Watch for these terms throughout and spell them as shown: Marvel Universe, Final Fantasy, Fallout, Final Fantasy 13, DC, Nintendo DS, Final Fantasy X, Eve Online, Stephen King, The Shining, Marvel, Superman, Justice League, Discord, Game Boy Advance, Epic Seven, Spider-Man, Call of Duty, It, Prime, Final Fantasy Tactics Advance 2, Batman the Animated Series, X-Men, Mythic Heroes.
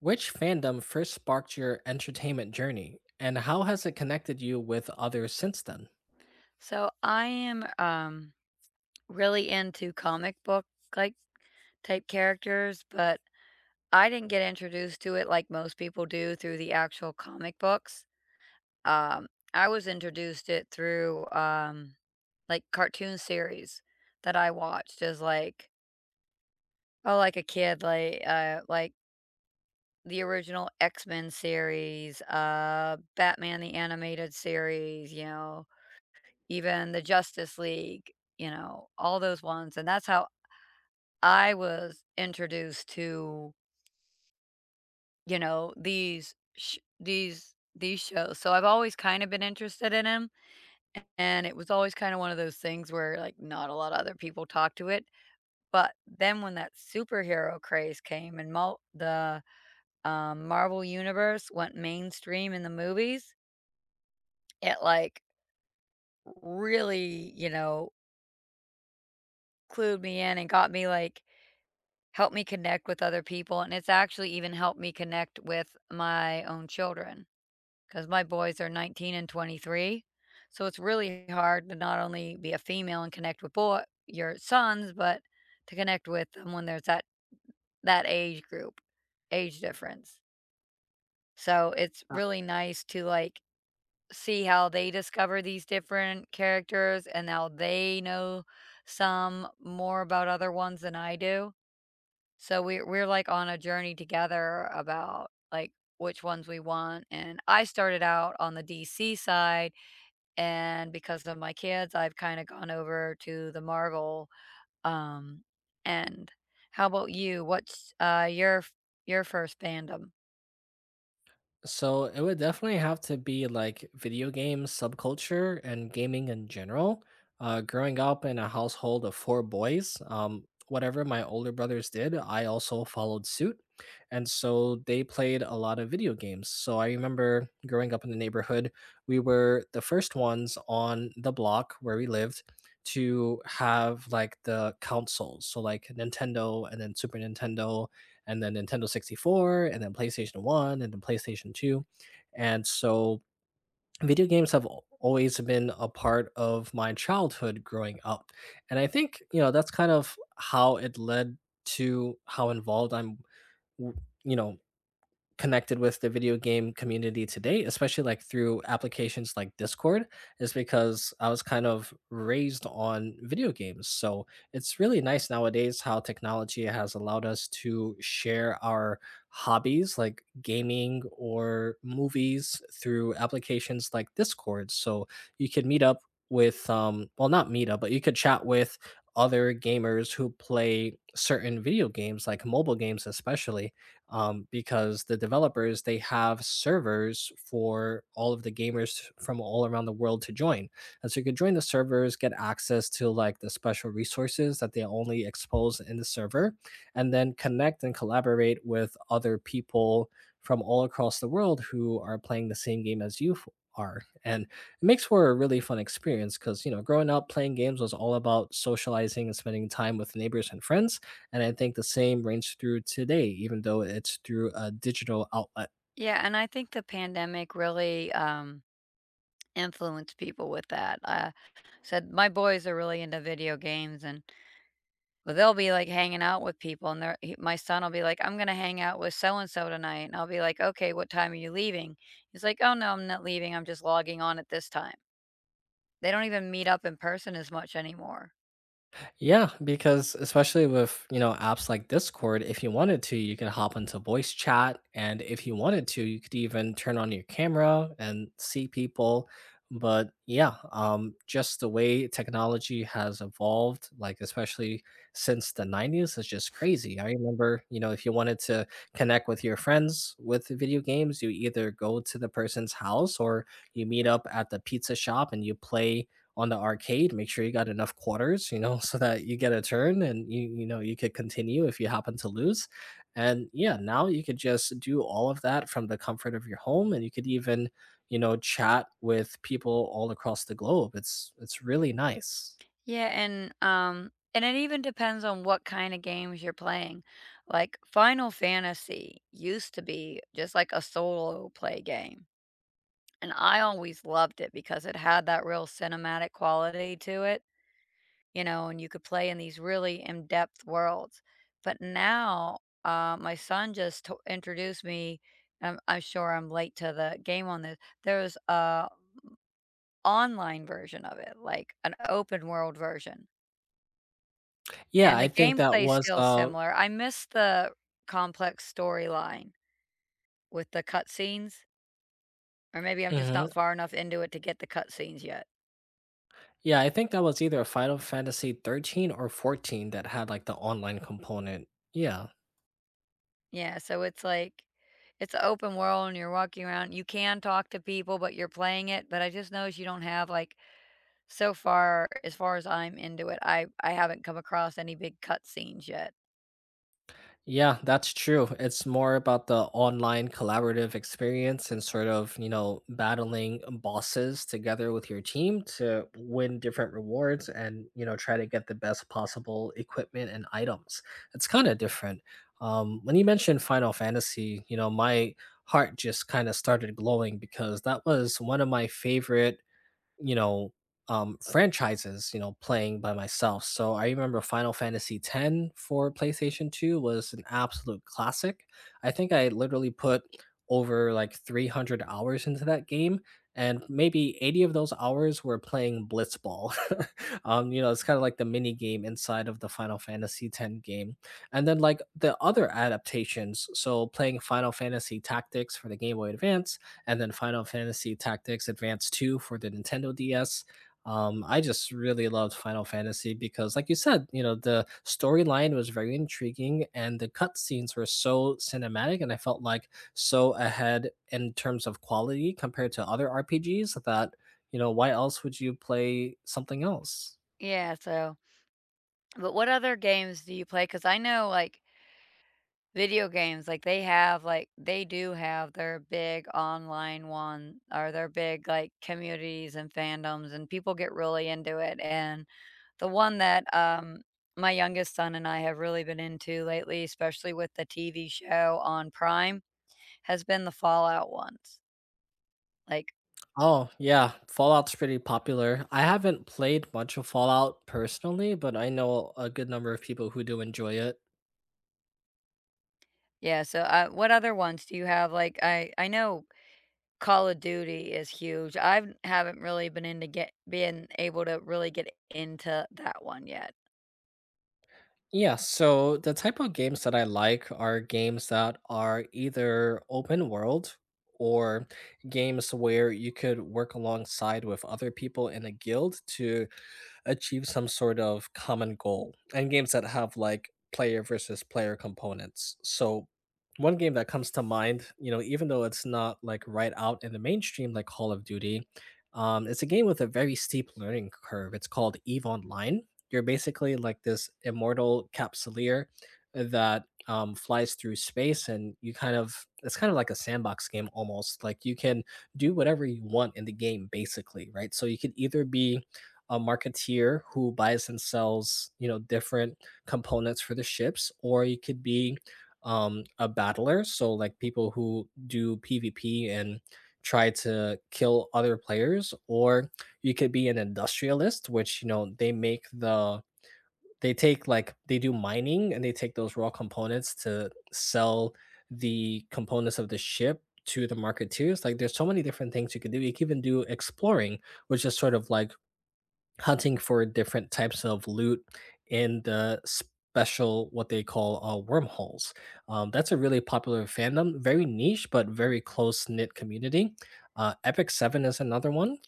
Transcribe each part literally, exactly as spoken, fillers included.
Which fandom first sparked your entertainment journey, and how has it connected you with others since then? So I am um really into comic book like type characters, but I didn't get introduced to it like most people do through the actual comic books. Um I was introduced it through um like cartoon series that I watched as like oh like a kid like uh like the original X-Men series, uh Batman the animated series, you know, even the Justice League, you know, all those ones, and that's how I was introduced to, you know, these sh these these shows, so I've always kinda been interested in in 'em, and it was always kinda one of those things where, like, not a lot of other people talk to it, but then when that superhero craze came and mul the, um, Marvel Universe went mainstream in the movies, it, like, really, you know, clued me in and got me, like, helped me connect with other people, and it's actually even helped me connect with my own children. 'Cause my boys are nineteen and twenty-three, so it's really hard to not only be a female and connect with boy your sons, but to connect with them when there's that that age group, age difference. So, it's really nice to, like, see how they discover these different characters and how they know some more about other ones than I do. So, we're we're, like, on a journey together about, like, which ones we want, and I started out on the D C side, and because of my kids, I've kinda gone over to the Marvel, um, end. How about you? What's, uh, your f your first fandom? So it would definitely have to be like video game subculture and gaming in general. Uh, growing up in a household of four boys, um, whatever my older brothers did, I also followed suit. And so they played a lot of video games. So I remember growing up in the neighborhood, we were the first ones on the block where we lived to have like the consoles. So like Nintendo and then Super Nintendo and then Nintendo sixty-four, and then PlayStation one, and then PlayStation two. And so video games have al- always been a part of my childhood growing up. And I think, you know, that's kind of how it led to how involved I'm, w- you know, connected with the video game community today, especially like through applications like Discord, is because I was kind of raised on video games. So it's really nice nowadays how technology has allowed us to share our hobbies like gaming or movies through applications like Discord. So you could meet up with um well not meet up but you could chat with other gamers who play certain video games like mobile games especially, um, because the developers they have servers for all of the gamers from all around the world to join, and so you can join the servers, get access to like the special resources that they only expose in the server, and then connect and collaborate with other people from all across the world who are playing the same game as you are. And it makes for a really fun experience because, you know, growing up playing games was all about socializing and spending time with neighbors and friends, and I think the same rings through today, even though it's through a digital outlet. Yeah, and I think the pandemic really, um, influenced people with that. I said my boys are really into video games, and well, they'll be, like, hanging out with people, and they're he my son will be like, "I'm gonna hang out with so and so tonight," and I'll be like, "Okay, what time are you leaving?" He's like, "Oh, no, I'm not leaving, I'm just logging on at this time." They don't even meet up in person as much anymore. Yeah, because especially with, you know, apps like Discord, if you wanted to, you can hop into voice chat. And if you wanted to, you could even turn on your camera and see people. But yeah, um, just the way technology has evolved, like especially since the nineties, is just crazy. I remember, you know, if you wanted to connect with your friends with video games, you either go to the person's house or you meet up at the pizza shop and you play on the arcade, make sure you got enough quarters, you know, so that you get a turn and you you know you could continue if you happen to lose. And yeah, now you could just do all of that from the comfort of your home, and you could even, you know, chat with people all across the globe. It's it's really nice. Yeah, and, um, and it even depends on what kinda games you're playing. Like, Final Fantasy used to be just like a solo play game, and I always loved it because it had that real cinematic quality to it, you know, and you could play in these really in-depth worlds. But now, uh, my son just to introduced me— I'm I'm sure I'm late to the game on this— there's a online version of it, like an open world version, Yeah, and I the think that gameplay is was still uh similar. I miss the complex storyline with the cutscenes, or maybe I'm just Mhm. not far enough into it to get the cutscenes yet. Yeah, I think that was either Final Fantasy thirteen or fourteen that had like the online component. Yeah. Yeah, so it's like it's an open world, and you're walking around. You can talk to people, but you're playing it, but I just noticed you don't have, like, so far as far as I'm into it, I I haven't come across any big cutscenes yet. Yeah, that's true. It's more about the online collaborative experience and sort of, you know, battling bosses together with your team to win different rewards and, you know, try to get the best possible equipment and items. It's kind of different. Um, when you mentioned Final Fantasy, you know, my heart just kind of started glowing because that was one of my favorite, you know, um, franchises, you know, playing by myself. So I remember Final Fantasy X for PlayStation two was an absolute classic. I think I literally put over like three hundred hours into that game, and maybe eighty of those hours were playing Blitzball. Um, you know, it's kind of like the mini game inside of the Final Fantasy X game. And then like the other adaptations, so playing Final Fantasy Tactics for the Game Boy Advance and then Final Fantasy Tactics Advance two for the Nintendo D S. Um, I just really loved Final Fantasy because, like you said, you know, the storyline was very intriguing and the cutscenes were so cinematic, and I felt like so ahead in terms of quality compared to other R P Gs that, you know, why else would you play something else? Yeah, so but what other games do you play? Because I know, like, video games, like, they have, like they do have their big online one or their big, like, communities and fandoms, and people get really into it, and the one that, um, my youngest son and I have really been into lately, especially with the T V show on Prime, has been the Fallout ones. Like, Oh, yeah, Fallout's pretty popular. I haven't played much of Fallout personally, but I know a good number of people who do enjoy it. yeah, so, uh, what other ones do you have? Like, I I know Call of Duty is huge. I've haven't really been into get being able to really get into that one yet. Yeah, so the type of games that I like are games that are either open world or games where you could work alongside with other people in a guild to achieve some sort of common goal, and games that have like player versus player components. So one game that comes to mind, you know, even though it's not like right out in the mainstream like Call of Duty, um, it's a game with a very steep learning curve. It's called Eve Online. You're basically like this immortal capsuleer that, um, flies through space, and you kind of it's kind of like a sandbox game almost. Like you can do whatever you want in the game, basically, right? So you could either be a marketeer who buys and sells, you know, different components for the ships, or you could be, um, a battler, so like people who do PvP and try to kill other players, or you could be an industrialist, which, you know, they make the they take like they do mining and they take those raw components to sell the components of the ship to the marketeers. Like there's so many different things you could do. You can even do exploring, which is sort of like hunting for different types of loot in the special what they call uh, wormholes. Um, that's a really popular fandom, very niche but very close knit community. Uh, Epic Seven is another one.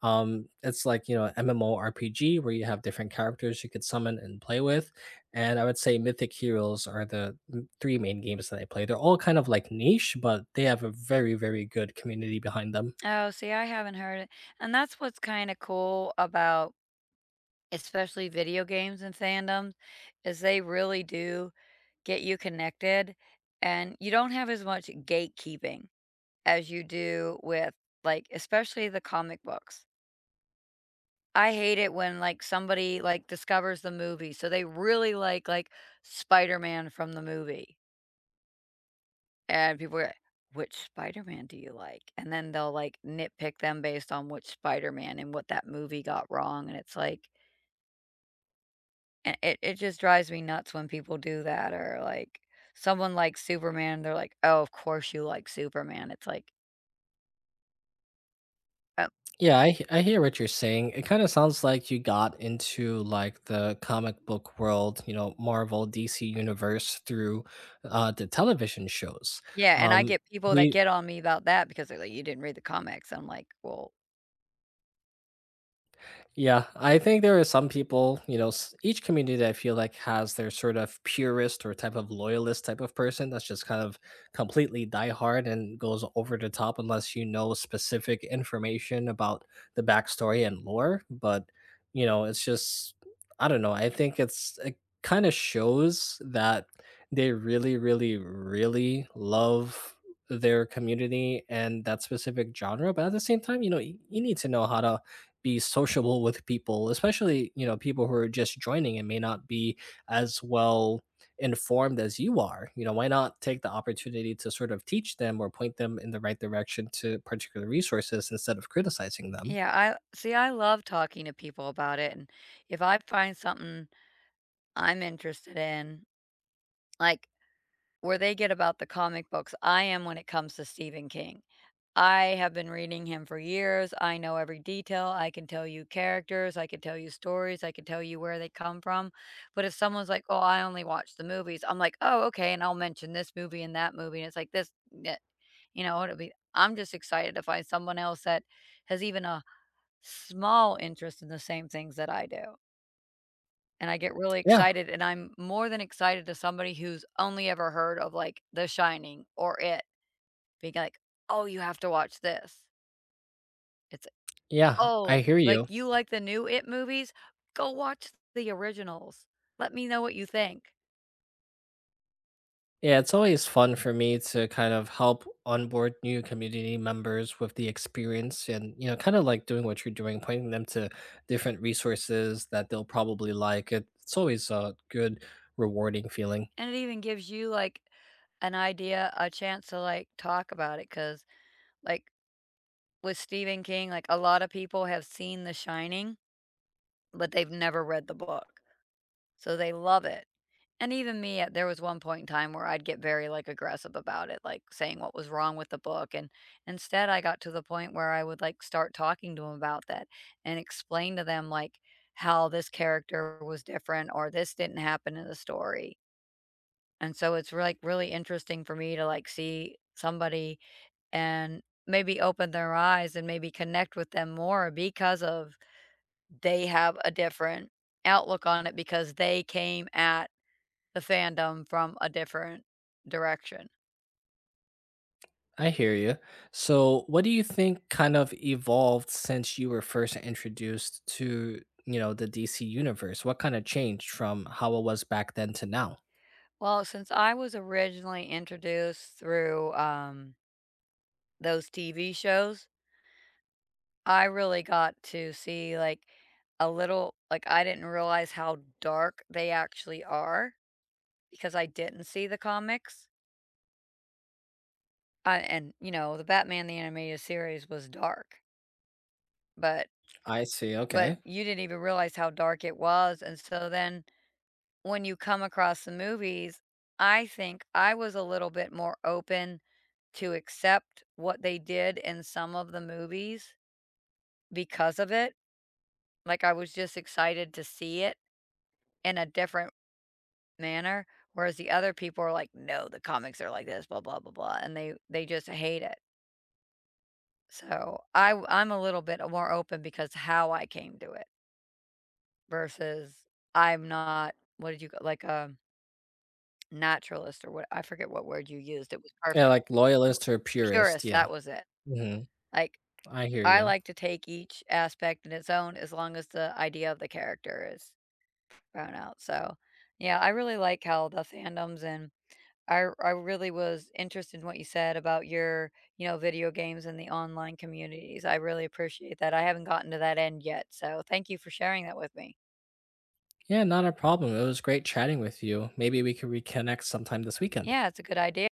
Um, it's like, you know, MMORPG where you have different characters you could summon and play with, and I would say Mythic Heroes are the m- three main games that I play. They're all kind of like niche, but they have a very very good community behind them. Oh, see, I haven't heard it, and that's what's kinda cool about especially video games and fandoms, is they really do get you connected, and you don't have as much gatekeeping as you do with, like, especially the comic books. I hate it when, like, somebody, like, discovers the movie, so they really like, like, Spider-Man from the movie, and people are, like, "Which Spider-Man do you like?" And then they'll, like, nitpick them based on which Spider-Man and what that movie got wrong, and it's like. And it it just drives me nuts when people do that, or, like, someone likes Superman, they're like, "Oh, of course you like Superman." It's like, "Oh." Yeah, I he- I hear what you're saying. It kind of sounds like you got into like the comic book world, you know, Marvel, D C universe through uh, the television shows. Yeah, and I Um, get people that we get on me about that because they're like, "You didn't read the comics." I'm like, "Well." Yeah, I think there are some people, you know, s- each community that I feel like has their sort of purist or type of loyalist type of person that's just kind of completely diehard and goes over the top unless you know specific information about the backstory and lore. But, you know, it's just, I don't know. I think it's, it kind of shows that they really, really, really love their community and that specific genre. But at the same time, you know, y- you need to know how to be sociable with people, especially, you know, people who are just joining and may not be as well informed as you are. You know, why not take the opportunity to sort of teach them or point them in the right direction to particular resources instead of criticizing them? Yeah, I see, I love talking to people about it, and if I find something I'm interested in, like, where they get about the comic books, I am when it comes to Stephen King. I have been reading him for years. I know every detail. I can tell you characters. I can tell you stories. I can tell you where they come from. But if someone's like, "Oh, I only watch the movies," I'm like, "Oh, okay." And I'll mention this movie and that movie, and it's like this, eh, you know, it'll be. I'm just excited to find someone else that has even a small interest in the same things that I do, and I get really Yeah, excited. And I'm more than excited to somebody who's only ever heard of like The Shining or It, being like, "Oh, you have to watch this." It's, yeah, I "Oh, hear like, you. you like the new It movies? Go watch the originals. Let me know what you think." Yeah, it's always fun for me to kind of help onboard new community members with the experience and, you know, kind of like doing what you're doing, pointing them to different resources that they'll probably like. It, it's always a good, rewarding feeling. And it even gives you, like, an idea, a chance to, like, talk about it. 'Cause, like, with Stephen King, like, a lot of people have seen The Shining, but they've never read the book. So they love it. And even me, at there was one point in time where I'd get very, like, aggressive about it, like, saying what was wrong with the book, and instead, I got to the point where I would, like, start talking to them about that and explain to them, like, how this character was different, or this didn't happen in the story. And so it's, like, really interesting for me to, like, see somebody and maybe open their eyes and maybe connect with them more because of they have a different outlook on it because they came at the fandom from a different direction. I hear you. So, what do you think kind of evolved since you were first introduced to, you know, the D C universe? What kind of changed from how it was back then to now? Well, since I was originally introduced through um, those T V shows, I really got to see like a little, like, I didn't realize how dark they actually are because I didn't see the comics. I, and, you know, the Batman the Animated Series was dark, but I see. but Okay. you didn't even realize how dark it was, and so then when you come across the movies, I think I was a little bit more open to accept what they did in some of the movies because of it. Like, I was just excited to see it in a different manner, whereas the other people are like, "No, the comics are like this, blah blah blah blah," and they they just hate it. So I w- I'm a little bit more open because how I came to it versus I'm not, what did you, like, a naturalist or what, I forget what word you used. It was Yeah, perfect. like W loyalist or purist. Purist, Yeah. that was it. Hmm. Like, I hear I you. like to take each aspect in its own as long as the idea of the character is thrown out, so, yeah, I really like how the fandoms, and I I really was interested in what you said about your, you know, video games and the online communities. I really appreciate that. I haven't gotten to that end yet, so thank you for sharing that with me. Yeah, not a problem. It was great chatting with you. Maybe we could reconnect sometime this weekend. Yeah, it's a good idea.